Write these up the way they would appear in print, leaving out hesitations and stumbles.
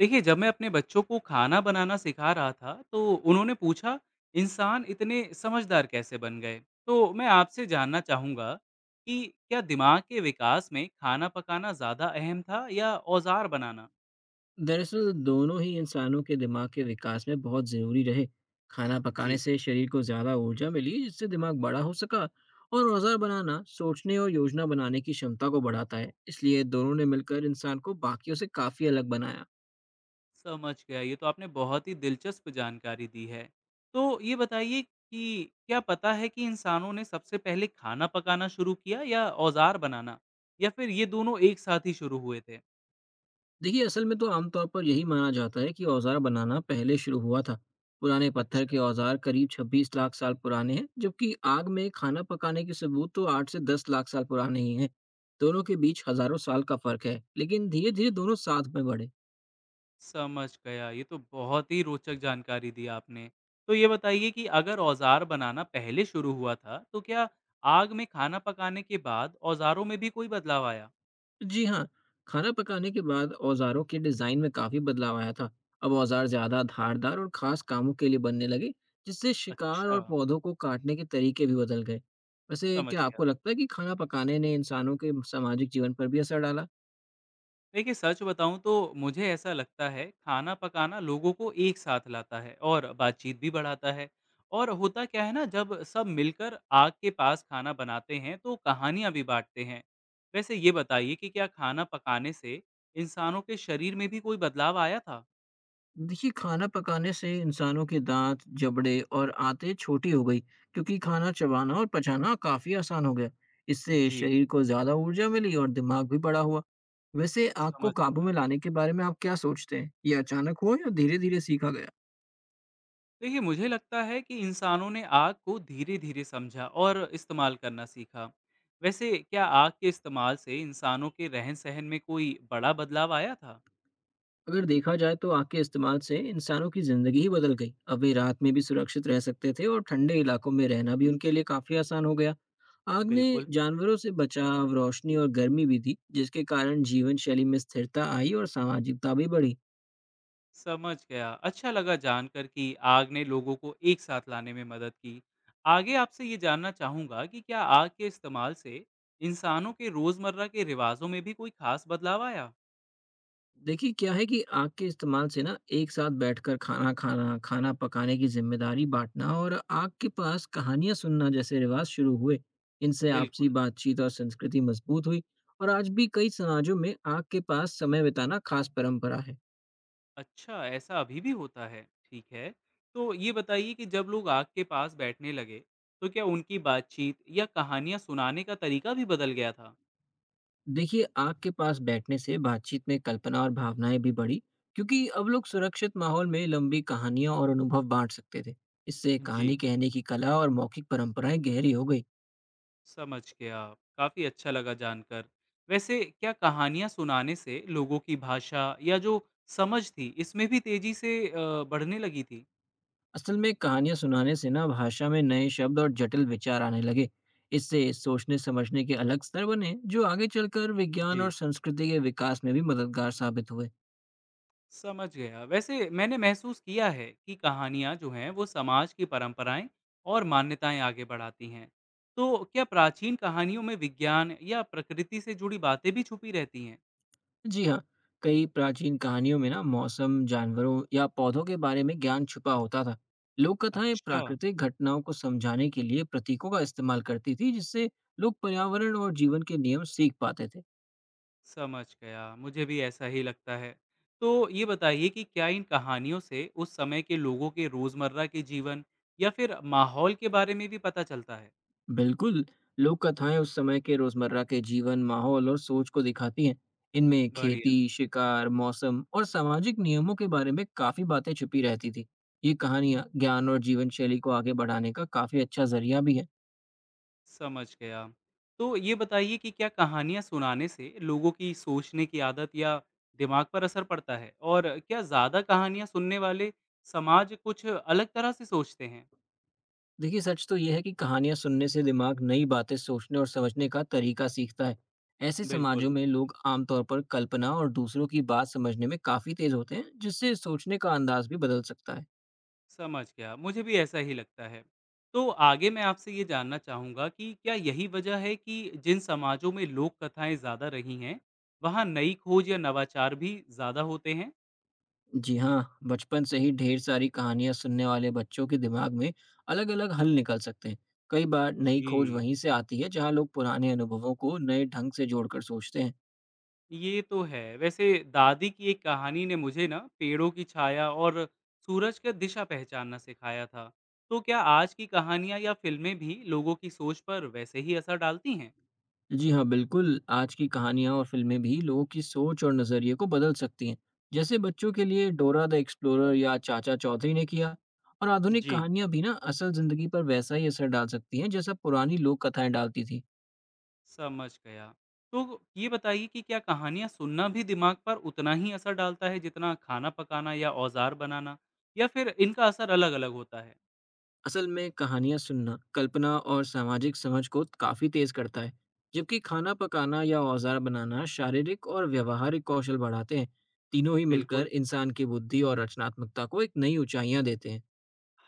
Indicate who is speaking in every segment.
Speaker 1: देखिए, जब मैं अपने बच्चों को खाना बनाना सिखा रहा था तो उन्होंने पूछा, इंसान इतने समझदार कैसे बन गए। तो मैं आपसे जानना चाहूँगा कि क्या दिमाग के विकास में खाना पकाना ज़्यादा अहम था या औजार बनाना।
Speaker 2: दरअसल दोनों ही इंसानों के दिमाग के विकास में बहुत ज़रूरी रहे। खाना पकाने
Speaker 1: जी।
Speaker 2: से शरीर को ज़्यादा ऊर्जा मिली जिससे दिमाग बड़ा हो सका। और औजार बनाना सोचने और योजना बनाने की क्षमता को बढ़ाता है इसलिए दोनों ने मिलकर इंसान को बाकियों से काफ़ी अलग बनाया।
Speaker 1: समझ गया, ये तो आपने बहुत ही दिलचस्प जानकारी दी है। तो ये बताइए कि क्या पता है कि इंसानों ने सबसे पहले खाना पकाना शुरू किया या औजार बनाना, या फिर ये दोनों एक साथ ही शुरू हुए थे।
Speaker 2: देखिए असल में तो आमतौर पर यही माना जाता है कि औजार बनाना पहले शुरू हुआ था। पुराने पत्थर
Speaker 1: अच्छा।
Speaker 2: के औजार करीब 26 लाख साल पुराने हैं, जबकि आग में खाना पकाने के सबूत तो 8 से 10 लाख साल पुराने ही हैं। दोनों के बीच हजारों साल का फर्क है, लेकिन धीरे-धीरे दोनों साथ में बढ़े।
Speaker 1: समझ गया। ये तो बहुत ही रोचक जानकारी दी आपने। तो ये बताइए कि अगर औज़ार बनाना पहले शुरू हुआ था, तो क्या आग में खाना पकाने के बाद औज़ारों में भी कोई बदलाव आया?
Speaker 2: जी हाँ, खाना पकाने के बाद औज़ारों के डिज़ाइन में काफ़ी बदलाव आया था। अब औज़ार ज़्यादा धारदार और ख़ास कामों के लिए बनने लगे, जिससे शिकार
Speaker 1: अच्छा,
Speaker 2: और पौधों को काटने के तरीके भी बदल गए। वैसे
Speaker 1: समझ
Speaker 2: क्या
Speaker 1: गया।
Speaker 2: आपको लगता है कि खाना पकाने ने इंसानों के सामाजिक जीवन पर भी असर डाला?
Speaker 1: देखिए, सच बताऊं तो मुझे ऐसा लगता है खाना पकाना लोगों को एक साथ लाता है और बातचीत भी बढ़ाता है। और होता क्या है ना, जब सब मिलकर आग के पास खाना बनाते हैं तो कहानियां भी बांटते हैं। वैसे ये बताइए कि क्या खाना पकाने से इंसानों के शरीर में भी कोई बदलाव आया था।
Speaker 2: देखिए, खाना पकाने से इंसानों के दाँत, जबड़े और आंतें छोटी हो गई क्योंकि खाना चबाना और पचाना काफ़ी आसान हो गया। इससे
Speaker 1: जी।
Speaker 2: शरीर को ज़्यादा ऊर्जा मिली और दिमाग भी बड़ा हुआ। वैसे आग को
Speaker 1: समझ
Speaker 2: काबू
Speaker 1: गया।
Speaker 2: में लाने के बारे में आप क्या सोचते हैं? ये अचानक हुआ या धीरे-धीरे सीखा गया?
Speaker 1: देखिए, मुझे लगता है कि इंसानों ने आग को धीरे धीरे समझा और इस्तेमाल करना सीखा। वैसे क्या आग के इस्तेमाल से इंसानों के रहन सहन में कोई बड़ा बदलाव आया था?
Speaker 2: अगर देखा जाए तो आग के इस्तेमाल से इंसानों की जिंदगी ही बदल गई। अब वे रात में भी सुरक्षित रह सकते थे और ठंडे इलाकों में रहना भी उनके लिए काफी आसान हो गया। आग ने
Speaker 1: बिल्कुल।
Speaker 2: जानवरों से बचाव रोशनी और गर्मी भी दी जिसके कारण जीवन शैली में स्थिरता आई और सामाजिकता भी बढ़ी।
Speaker 1: समझ गया, अच्छा लगा जानकर कि आग ने लोगों को एक साथ लाने में मदद की। आगे आपसे ये जानना चाहूँगा कि क्या आग के इस्तेमाल से इंसानों के रोज़मर्रा के रिवाजों में भी कोई खास बदलाव आया?
Speaker 2: देखिए, क्या है कि आग के इस्तेमाल से ना एक साथ बैठकर खाना खाना, खाना पकाने की ज़िम्मेदारी बाँटना और आग के पास कहानियाँ सुनना जैसे रिवाज शुरू हुए। इनसे आपसी
Speaker 1: बिल्कुल।
Speaker 2: बातचीत और संस्कृति मजबूत हुई। और आज भी कई समाजों में आग के पास समय बिताना खास परंपरा है।
Speaker 1: अच्छा, ऐसा अभी भी होता है। ठीक है। तो ये बताइए कि जब लोग आग के पास बैठने लगे, तो क्या उनकी बातचीत या कहानियाँ सुनाने का तरीका भी बदल गया था?
Speaker 2: देखिए, आग के पास बैठने से बातचीत में कल्पना और भावनाएँ भी बढ़ी, क्योंकि अब लोग सुरक्षित माहौल में लंबी कहानियाँ और अनुभव बाँट सकते थे। इससे
Speaker 1: जी,
Speaker 2: कहानी कहने की कला और मौखिक परंपराएँ गहरी हो गई।
Speaker 1: समझ गया। काफ़ी अच्छा लगा जानकर। वैसे क्या कहानियाँ सुनाने से लोगों की भाषा या जो समझ थी, इसमें भी तेज़ी से बढ़ने लगी थी?
Speaker 2: असल में कहानियां सुनाने से ना भाषा में नए शब्द और जटिल विचार आने लगे। इससे सोचने समझने के अलग स्तर बने जो आगे चलकर विज्ञान
Speaker 1: जी।
Speaker 2: और संस्कृति के विकास में भी मददगार साबित हुए।
Speaker 1: समझ गया। वैसे मैंने महसूस किया है कि कहानियाँ जो हैं वो समाज की परंपराएं और मान्यताएं आगे बढ़ाती हैं। तो क्या प्राचीन कहानियों में विज्ञान या प्रकृति से जुड़ी बातें भी छुपी रहती हैं?
Speaker 2: जी हाँ। कई प्राचीन कहानियों में ना मौसम जानवरों या पौधों के बारे में ज्ञान छुपा होता था। लोक कथाएं
Speaker 1: अच्छा,
Speaker 2: प्राकृतिक घटनाओं को समझाने के लिए प्रतीकों का इस्तेमाल करती थी जिससे लोग पर्यावरण और जीवन के नियम सीख पाते थे।
Speaker 1: समझ गया। मुझे भी ऐसा ही लगता है। तो ये बताइए कि क्या इन कहानियों से उस समय के लोगों के रोजमर्रा के जीवन या फिर माहौल के बारे में भी पता चलता है?
Speaker 2: बिल्कुल। लोक कथाएं उस समय के रोजमर्रा के जीवन माहौल और सोच को दिखाती हैं। इनमें
Speaker 1: बढ़िया।
Speaker 2: खेती शिकार मौसम और सामाजिक नियमों के बारे में काफी बातें छुपी रहती थी। ये कहानियां ज्ञान और जीवन शैली को आगे बढ़ाने का काफी अच्छा जरिया भी है।
Speaker 1: समझ गया। तो ये बताइए कि क्या कहानियाँ सुनाने से लोगों की सोचने की आदत या दिमाग पर असर पड़ता है? और क्या ज़्यादा कहानियाँ सुनने वाले समाज कुछ अलग तरह से सोचते हैं?
Speaker 2: देखिए सच तो यह है कि कहानियां सुनने से दिमाग नई बातें सोचने और समझने का तरीका सीखता है। ऐसे
Speaker 1: बिल्कुल,
Speaker 2: समाजों में लोग आमतौर पर कल्पना और दूसरों की बात समझने में काफी तेज होते हैं जिससे सोचने का अंदाज भी बदल सकता है।
Speaker 1: समझ गया। मुझे भी ऐसा ही लगता है। तो आगे मैं आपसे ये जानना चाहूँगा कि क्या यही वजह है कि जिन समाजों में लोक कथाएँ ज़्यादा रही हैं, वहाँ नई खोज या नवाचार भी ज़्यादा होते हैं?
Speaker 2: जी हाँ, बचपन से ही ढेर सारी कहानियाँ सुनने वाले बच्चों के दिमाग में अलग-अलग हल निकल सकते हैं। कई बार नई खोज
Speaker 1: जी।
Speaker 2: वहीं से आती है जहाँ लोग पुराने अनुभवों को नए ढंग से जोड़कर सोचते हैं।
Speaker 1: ये तो है। वैसे दादी की एक कहानी ने मुझे ना पेड़ों की छाया और सूरज का दिशा पहचानना सिखाया था। तो क्या आज की कहानियाँ या फ़िल्में भी लोगों की सोच पर वैसे ही असर डालती हैं?
Speaker 2: जी हाँ, बिल्कुल, आज की कहानियाँ और फिल्में भी लोगों की सोच और नज़रिए को बदल सकती हैं। जैसे बच्चों के लिए डोरा द एक्सप्लोरर या चाचा चौधरी ने किया। और आधुनिक
Speaker 1: जी।
Speaker 2: कहानियाँ भी ना असल ज़िंदगी पर वैसा ही असर डाल सकती हैं जैसा पुरानी लोक कथाएँ डालती थी।
Speaker 1: समझ गया। तो ये बताइए कि क्या कहानियाँ सुनना भी दिमाग पर उतना ही असर डालता है जितना खाना पकाना या औजार बनाना, या फिर इनका असर अलग-अलग होता है?
Speaker 2: असल में कहानियाँ सुनना कल्पना और सामाजिक समझ को काफ़ी तेज़ करता है। जबकि खाना पकाना या औजार बनाना शारीरिक और व्यवहारिक कौशल बढ़ाते हैं। तीनों ही मिलकर
Speaker 1: बिल्कुल।
Speaker 2: इंसान की बुद्धि और रचनात्मकता को एक नई ऊंचाइयां देते हैं।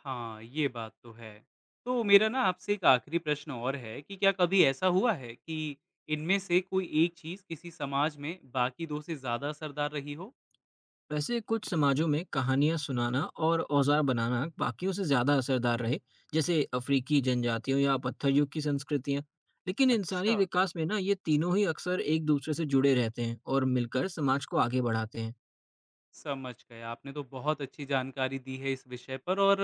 Speaker 1: हाँ, ये बात तो है। तो मेरा ना आपसे एक आखिरी प्रश्न और है कि क्या कभी ऐसा हुआ है कि इनमें से कोई एक चीज़ किसी समाज में बाकी 2 से ज़्यादा असरदार रही हो?
Speaker 2: वैसे कुछ समाजों में कहानियां सुनाना और औजार बनाना बाकियों से ज़्यादा असरदार रहे। जैसे अफ्रीकी जनजातियों या पत्थर युग की संस्कृतियां। लेकिन इंसानी
Speaker 1: अच्छा,
Speaker 2: विकास में ना ये तीनों ही अक्सर एक दूसरे से जुड़े रहते हैं और मिलकर समाज को आगे बढ़ाते हैं।
Speaker 1: समझ गए। आपने तो बहुत अच्छी जानकारी दी है इस विषय पर, और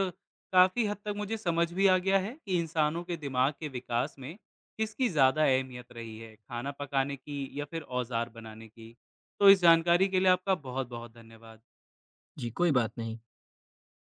Speaker 1: काफ़ी हद तक मुझे समझ भी आ गया है कि इंसानों के दिमाग के विकास में किसकी ज़्यादा अहमियत रही है, खाना पकाने की या फिर औज़ार बनाने की। तो इस जानकारी के लिए आपका बहुत-बहुत धन्यवाद।
Speaker 2: जी कोई बात नहीं।